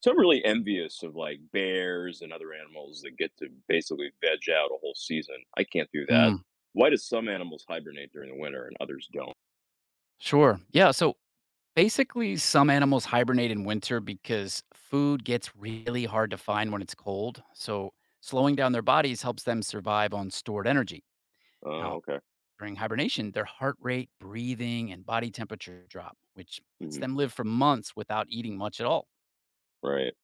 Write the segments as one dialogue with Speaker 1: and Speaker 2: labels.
Speaker 1: So I'm really envious of like bears and other animals that get to basically veg out a whole season. I can't do that.
Speaker 2: Mm,
Speaker 1: Why do some animals hibernate during the winter and others don't?
Speaker 2: sure. Yeah. So basically, some animals hibernate in winter because food gets really hard to find when it's cold. So slowing down their bodies helps them survive on stored energy.
Speaker 1: Oh,
Speaker 2: Now,
Speaker 1: okay.
Speaker 2: during hibernation, their heart rate, breathing, and body temperature drop, which lets
Speaker 1: Hmm.
Speaker 2: them live for months without eating much at all.
Speaker 1: Right.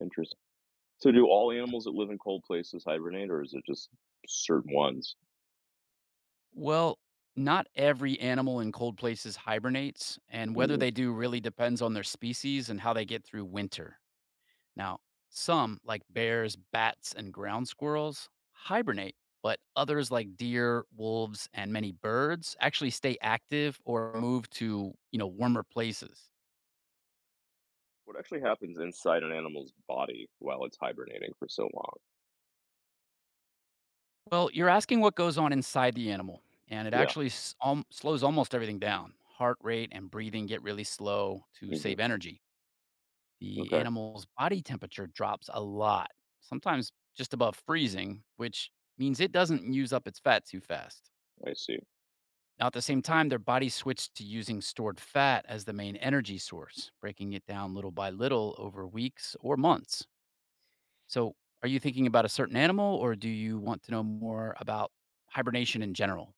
Speaker 1: Interesting. So do all animals that live in cold places hibernate or is it just certain ones?
Speaker 2: Well, not every animal in cold places hibernates, and whether
Speaker 1: Hmm.
Speaker 2: they do really depends on their species and how they get through winter. Now, some, like bears, bats, and ground squirrels, hibernate, but others, like deer, wolves, and many birds, actually stay active or move to you know, warmer places.
Speaker 1: What actually happens inside an animal's body while it's hibernating for so long?
Speaker 2: Well, you're asking what goes on inside the animal, and it
Speaker 1: Yeah.
Speaker 2: actually s- alm slows almost everything down. Heart rate and breathing get really slow to
Speaker 1: Hmm.
Speaker 2: save energy. The
Speaker 1: Okay.
Speaker 2: animal's body temperature drops a lot, sometimes just above freezing, which means it doesn't use up its fat too fast.
Speaker 1: I see.
Speaker 2: Now, at the same time, their body switched to using stored fat as the main energy source, breaking it down little by little over weeks or months. So, are you thinking about a certain animal or do you want to know more about hibernation in general?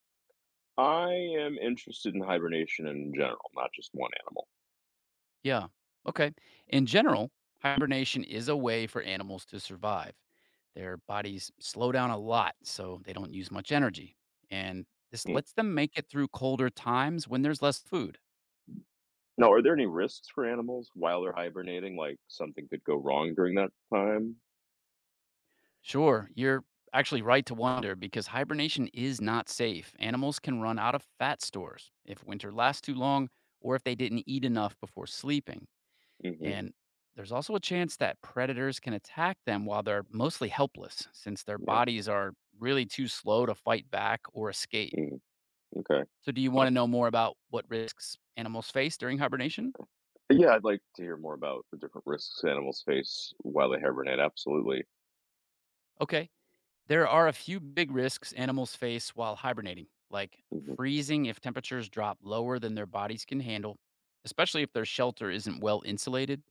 Speaker 1: I am interested in hibernation in general, not just one animal.
Speaker 2: Yeah. Okay. In general, hibernation is a way for animals to survive. Their bodies slow down a lot, so they don't use much energy. And this lets them make it through colder times when there's less food.
Speaker 1: Now, are there any risks for animals while they're hibernating? Like something could go wrong during that time?
Speaker 2: Sure, you're actually right to wonder because hibernation is not safe. Animals can run out of fat stores if winter lasts too long or if they didn't eat enough before sleeping.
Speaker 1: Hmm.
Speaker 2: And there's also a chance that predators can attack them while they're mostly helpless since their
Speaker 1: Yeah.
Speaker 2: bodies are really too slow to fight back or escape.
Speaker 1: Hmm. Okay.
Speaker 2: So, do you want
Speaker 1: Huh.
Speaker 2: to know more about what risks animals face during hibernation?
Speaker 1: Yeah, I'd like to hear more about the different risks animals face while they hibernate. Absolutely.
Speaker 2: Okay, there are a few big risks animals face while hibernating, like
Speaker 1: Hmm.
Speaker 2: freezing if temperatures drop lower than their bodies can handle, especially if their shelter isn't well insulated.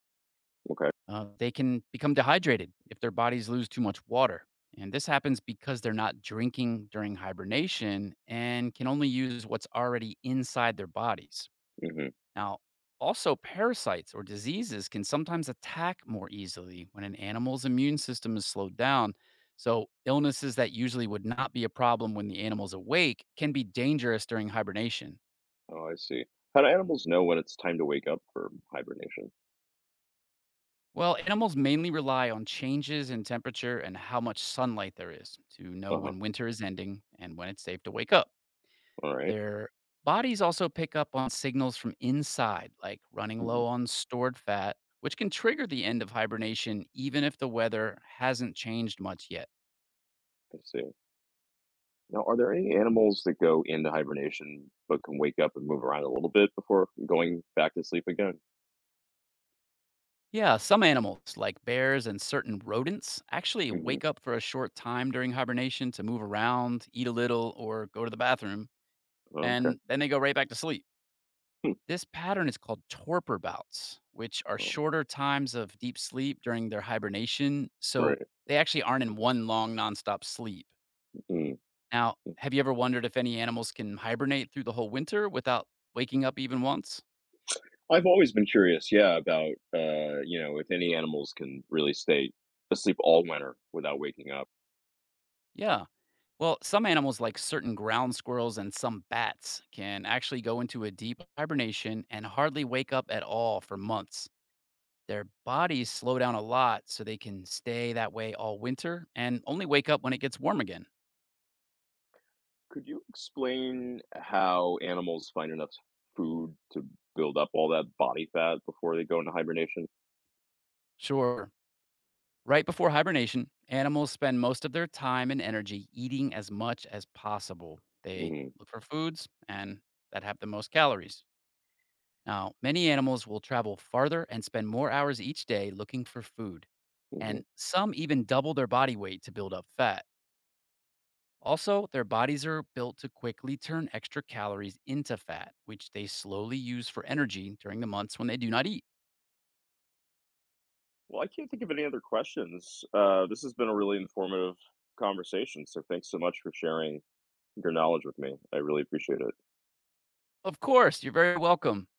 Speaker 1: Okay.
Speaker 2: They can become dehydrated if their bodies lose too much water. And this happens because they're not drinking during hibernation and can only use what's already inside their bodies.
Speaker 1: Hmm.
Speaker 2: Now, also, parasites or diseases can sometimes attack more easily when an animal's immune system is slowed down. So, illnesses that usually would not be a problem when the animal's awake can be dangerous during hibernation.
Speaker 1: Oh, I see. How do animals know when it's time to wake up for hibernation?
Speaker 2: Well, animals mainly rely on changes in temperature and how much sunlight there is to know
Speaker 1: Uh huh.
Speaker 2: when winter is ending and when it's safe to wake up.
Speaker 1: All right.
Speaker 2: Their bodies also pick up on signals from inside, like running
Speaker 1: Mm-hmm.
Speaker 2: low on stored fat, which can trigger the end of hibernation even if the weather hasn't changed much yet.
Speaker 1: I see. Now, are there any animals that go into hibernation but can wake up and move around a little bit before going back to sleep again?
Speaker 2: Yeah, some animals, like bears and certain rodents, actually
Speaker 1: Hmm.
Speaker 2: wake up for a short time during hibernation to move around, eat a little, or go to the bathroom,
Speaker 1: Okay.
Speaker 2: and then they go right back to sleep.
Speaker 1: Hmm.
Speaker 2: This pattern is called torpor bouts, which are
Speaker 1: Oh,
Speaker 2: shorter times of deep sleep during their hibernation. So
Speaker 1: right.
Speaker 2: they actually aren't in one long nonstop sleep.
Speaker 1: Mm-hmm.
Speaker 2: Now, have you ever wondered if any animals can hibernate through the whole winter without waking up even once?
Speaker 1: I've always been curious, yeah, about if any animals can really stay asleep all winter without waking up.
Speaker 2: Yeah. Well, some animals, like certain ground squirrels and some bats, can actually go into a deep hibernation and hardly wake up at all for months. Their bodies slow down a lot so they can stay that way all winter and only wake up when it gets warm again.
Speaker 1: Could you explain how animals find enough food to build up all that body fat before they go into hibernation?
Speaker 2: Sure. Right before hibernation, animals spend most of their time and energy eating as much as possible. They
Speaker 1: Hmm.
Speaker 2: look for foods and that have the most calories. Now, many animals will travel farther and spend more hours each day looking for food,
Speaker 1: Hmm.
Speaker 2: and some even double their body weight to build up fat. Also, their bodies are built to quickly turn extra calories into fat, which they slowly use for energy during the months when they do not eat.
Speaker 1: Well, I can't think of any other questions. This has been a really informative conversation, so thanks so much for sharing your knowledge with me. I really appreciate it.
Speaker 2: Of course, you're very welcome.